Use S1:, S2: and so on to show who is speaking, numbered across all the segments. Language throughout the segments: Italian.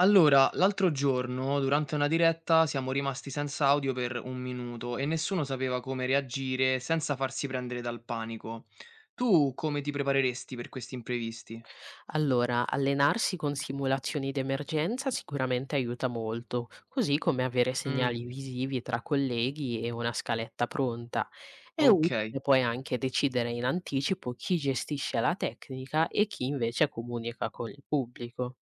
S1: Allora, l'altro giorno, durante una diretta, siamo rimasti senza audio per 1 minuto e nessuno sapeva come reagire senza farsi prendere dal panico. Tu come ti prepareresti per questi imprevisti?
S2: Allora, allenarsi con simulazioni d'emergenza sicuramente aiuta molto, così come avere
S1: Mm,
S2: segnali visivi tra colleghi e una scaletta pronta. È
S1: ok,
S2: utile poi anche decidere in anticipo chi gestisce la tecnica e chi invece comunica con il pubblico.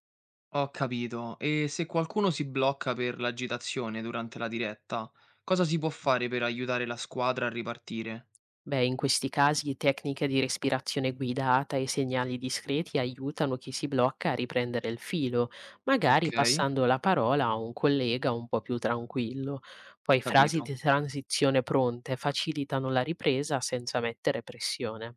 S1: ho capito. E se qualcuno si blocca per l'agitazione durante la diretta, cosa si può fare per aiutare la squadra a ripartire?
S2: Beh, in questi casi tecniche di respirazione guidata e segnali discreti aiutano chi si blocca a riprendere il filo, magari
S1: Ok,
S2: passando la parola a un collega un po' più tranquillo. Poi frasi di
S1: capito.
S2: transizione pronte facilitano la ripresa senza mettere pressione.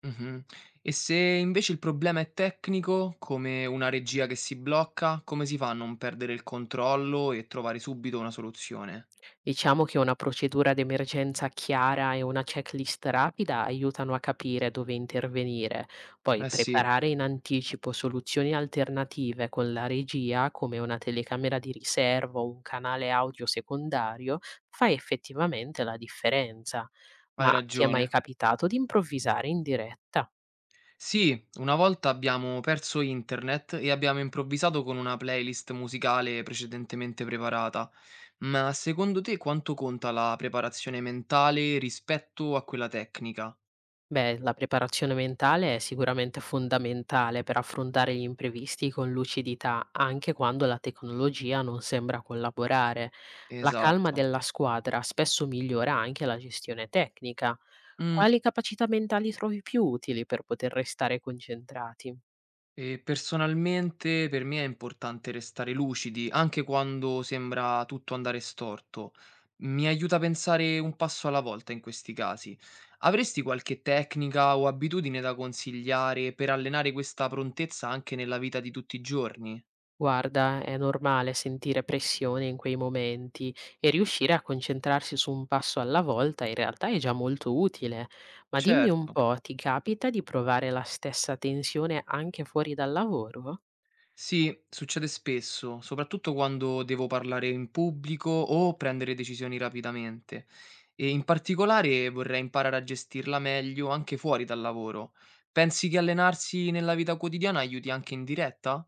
S1: Mh-mh. E se invece il problema è tecnico, come una regia che si blocca, come si fa a non perdere il controllo e trovare subito una soluzione?
S2: Diciamo che una procedura d'emergenza chiara e una checklist rapida aiutano a capire dove intervenire. Poi
S1: Eh sì,
S2: preparare in anticipo soluzioni alternative con la regia, come una telecamera di riserva o un canale audio secondario, fa effettivamente la differenza.
S1: hai
S2: Ma ti è mai
S1: ragione.
S2: capitato di improvvisare in diretta?
S1: Sì, una volta abbiamo perso internet e abbiamo improvvisato con una playlist musicale precedentemente preparata. Ma secondo te quanto conta la preparazione mentale rispetto a quella tecnica?
S2: Beh, la preparazione mentale è sicuramente fondamentale per affrontare gli imprevisti con lucidità, anche quando la tecnologia non sembra collaborare. La calma
S1: Esatto.
S2: della squadra spesso migliora anche la gestione tecnica.
S1: Mh.
S2: Quali capacità mentali trovi più utili per poter restare concentrati?
S1: Personalmente per me è importante restare lucidi, anche quando sembra tutto andare storto. Mi aiuta a pensare un passo alla volta in questi casi. Avresti qualche tecnica o abitudine da consigliare per allenare questa prontezza anche nella vita di tutti i giorni?
S2: Guarda, è normale sentire pressione in quei momenti e riuscire a concentrarsi su un passo alla volta in realtà è già molto utile. Ma dimmi un
S1: Certo.
S2: po', ti capita di provare la stessa tensione anche fuori dal lavoro?
S1: Sì, succede spesso, soprattutto quando devo parlare in pubblico o prendere decisioni rapidamente. E in particolare vorrei imparare a gestirla meglio anche fuori dal lavoro. Pensi che allenarsi nella vita quotidiana aiuti anche in diretta?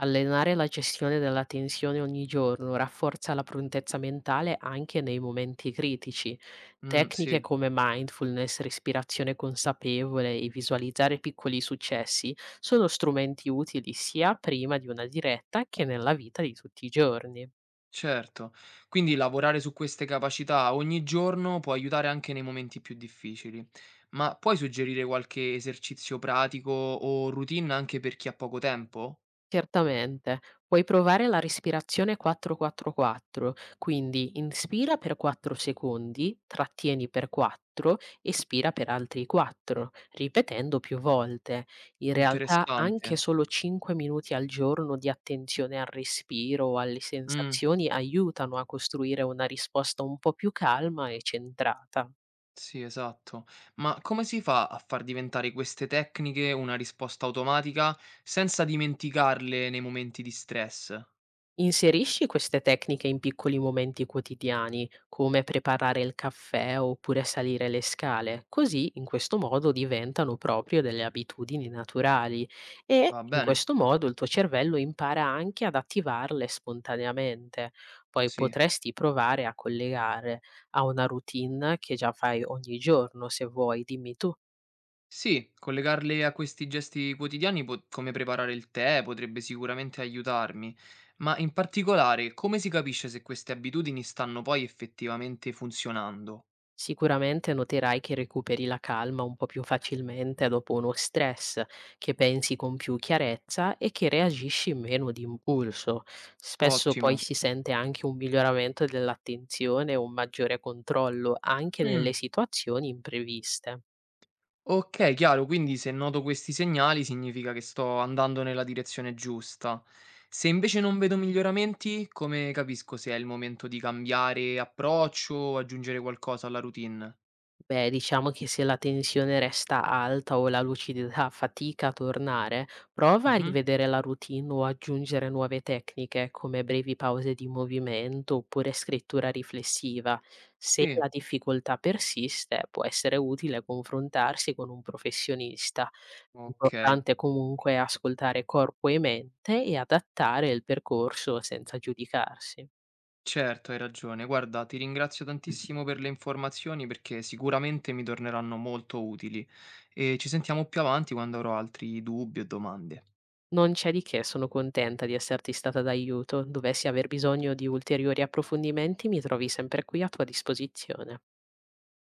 S2: Allenare la gestione della tensione ogni giorno rafforza la prontezza mentale anche nei momenti critici.
S1: Mm,
S2: Tecniche
S1: sì,
S2: come mindfulness, respirazione consapevole e visualizzare piccoli successi sono strumenti utili sia prima di una diretta che nella vita di tutti i giorni.
S1: certo. Quindi lavorare su queste capacità ogni giorno può aiutare anche nei momenti più difficili. Ma puoi suggerire qualche esercizio pratico o routine anche per chi ha poco tempo?
S2: Certamente. Puoi provare la respirazione 4-4-4, quindi inspira per 4 secondi, trattieni per 4, espira per altri 4, ripetendo più volte. In realtà
S1: Interessante.
S2: anche solo 5 minuti al giorno di attenzione al respiro o alle
S1: Mm.
S2: sensazioni aiutano a costruire una risposta un po' più calma e centrata.
S1: Sì, esatto. Ma come si fa a far diventare queste tecniche una risposta automatica senza dimenticarle nei momenti di stress?
S2: Inserisci queste tecniche in piccoli momenti quotidiani, come preparare il caffè oppure salire le scale, così in questo modo diventano proprio delle abitudini naturali e
S1: Va
S2: in
S1: bene?
S2: questo modo il tuo cervello impara anche ad attivarle spontaneamente. Poi
S1: Sì.
S2: potresti provare a collegare a una routine che già fai ogni giorno, se vuoi, dimmi tu.
S1: Sì, collegarle a questi gesti quotidiani, come preparare il tè, potrebbe sicuramente aiutarmi. Ma in particolare, come si capisce se queste abitudini stanno poi effettivamente funzionando?
S2: Sicuramente noterai che recuperi la calma un po' più facilmente dopo uno stress, che pensi con più chiarezza e che reagisci meno di impulso. Spesso poi
S1: Ottimo.
S2: si sente anche un miglioramento dell'attenzione e un maggiore controllo anche
S1: Mm.
S2: nelle situazioni impreviste.
S1: Okay, chiaro, quindi se noto questi segnali significa che sto andando nella direzione giusta. Se invece non vedo miglioramenti, come capisco se è il momento di cambiare approccio o aggiungere qualcosa alla routine?
S2: Beh, diciamo che se la tensione resta alta o la lucidità fatica a tornare, prova a
S1: Mh-mh.
S2: rivedere la routine o aggiungere nuove tecniche come brevi pause di movimento oppure scrittura riflessiva. Se
S1: Sì,
S2: la difficoltà persiste, può essere utile confrontarsi con un professionista.
S1: okay.
S2: L'importante comunque è ascoltare corpo e mente e adattare il percorso senza giudicarsi.
S1: Certo, hai ragione. Guarda, ti ringrazio tantissimo per le informazioni perché sicuramente mi torneranno molto utili e ci sentiamo più avanti quando avrò altri dubbi o domande.
S2: Non c'è di che, sono contenta di esserti stata d'aiuto. Dovessi aver bisogno di ulteriori approfondimenti, mi trovi sempre qui a tua disposizione.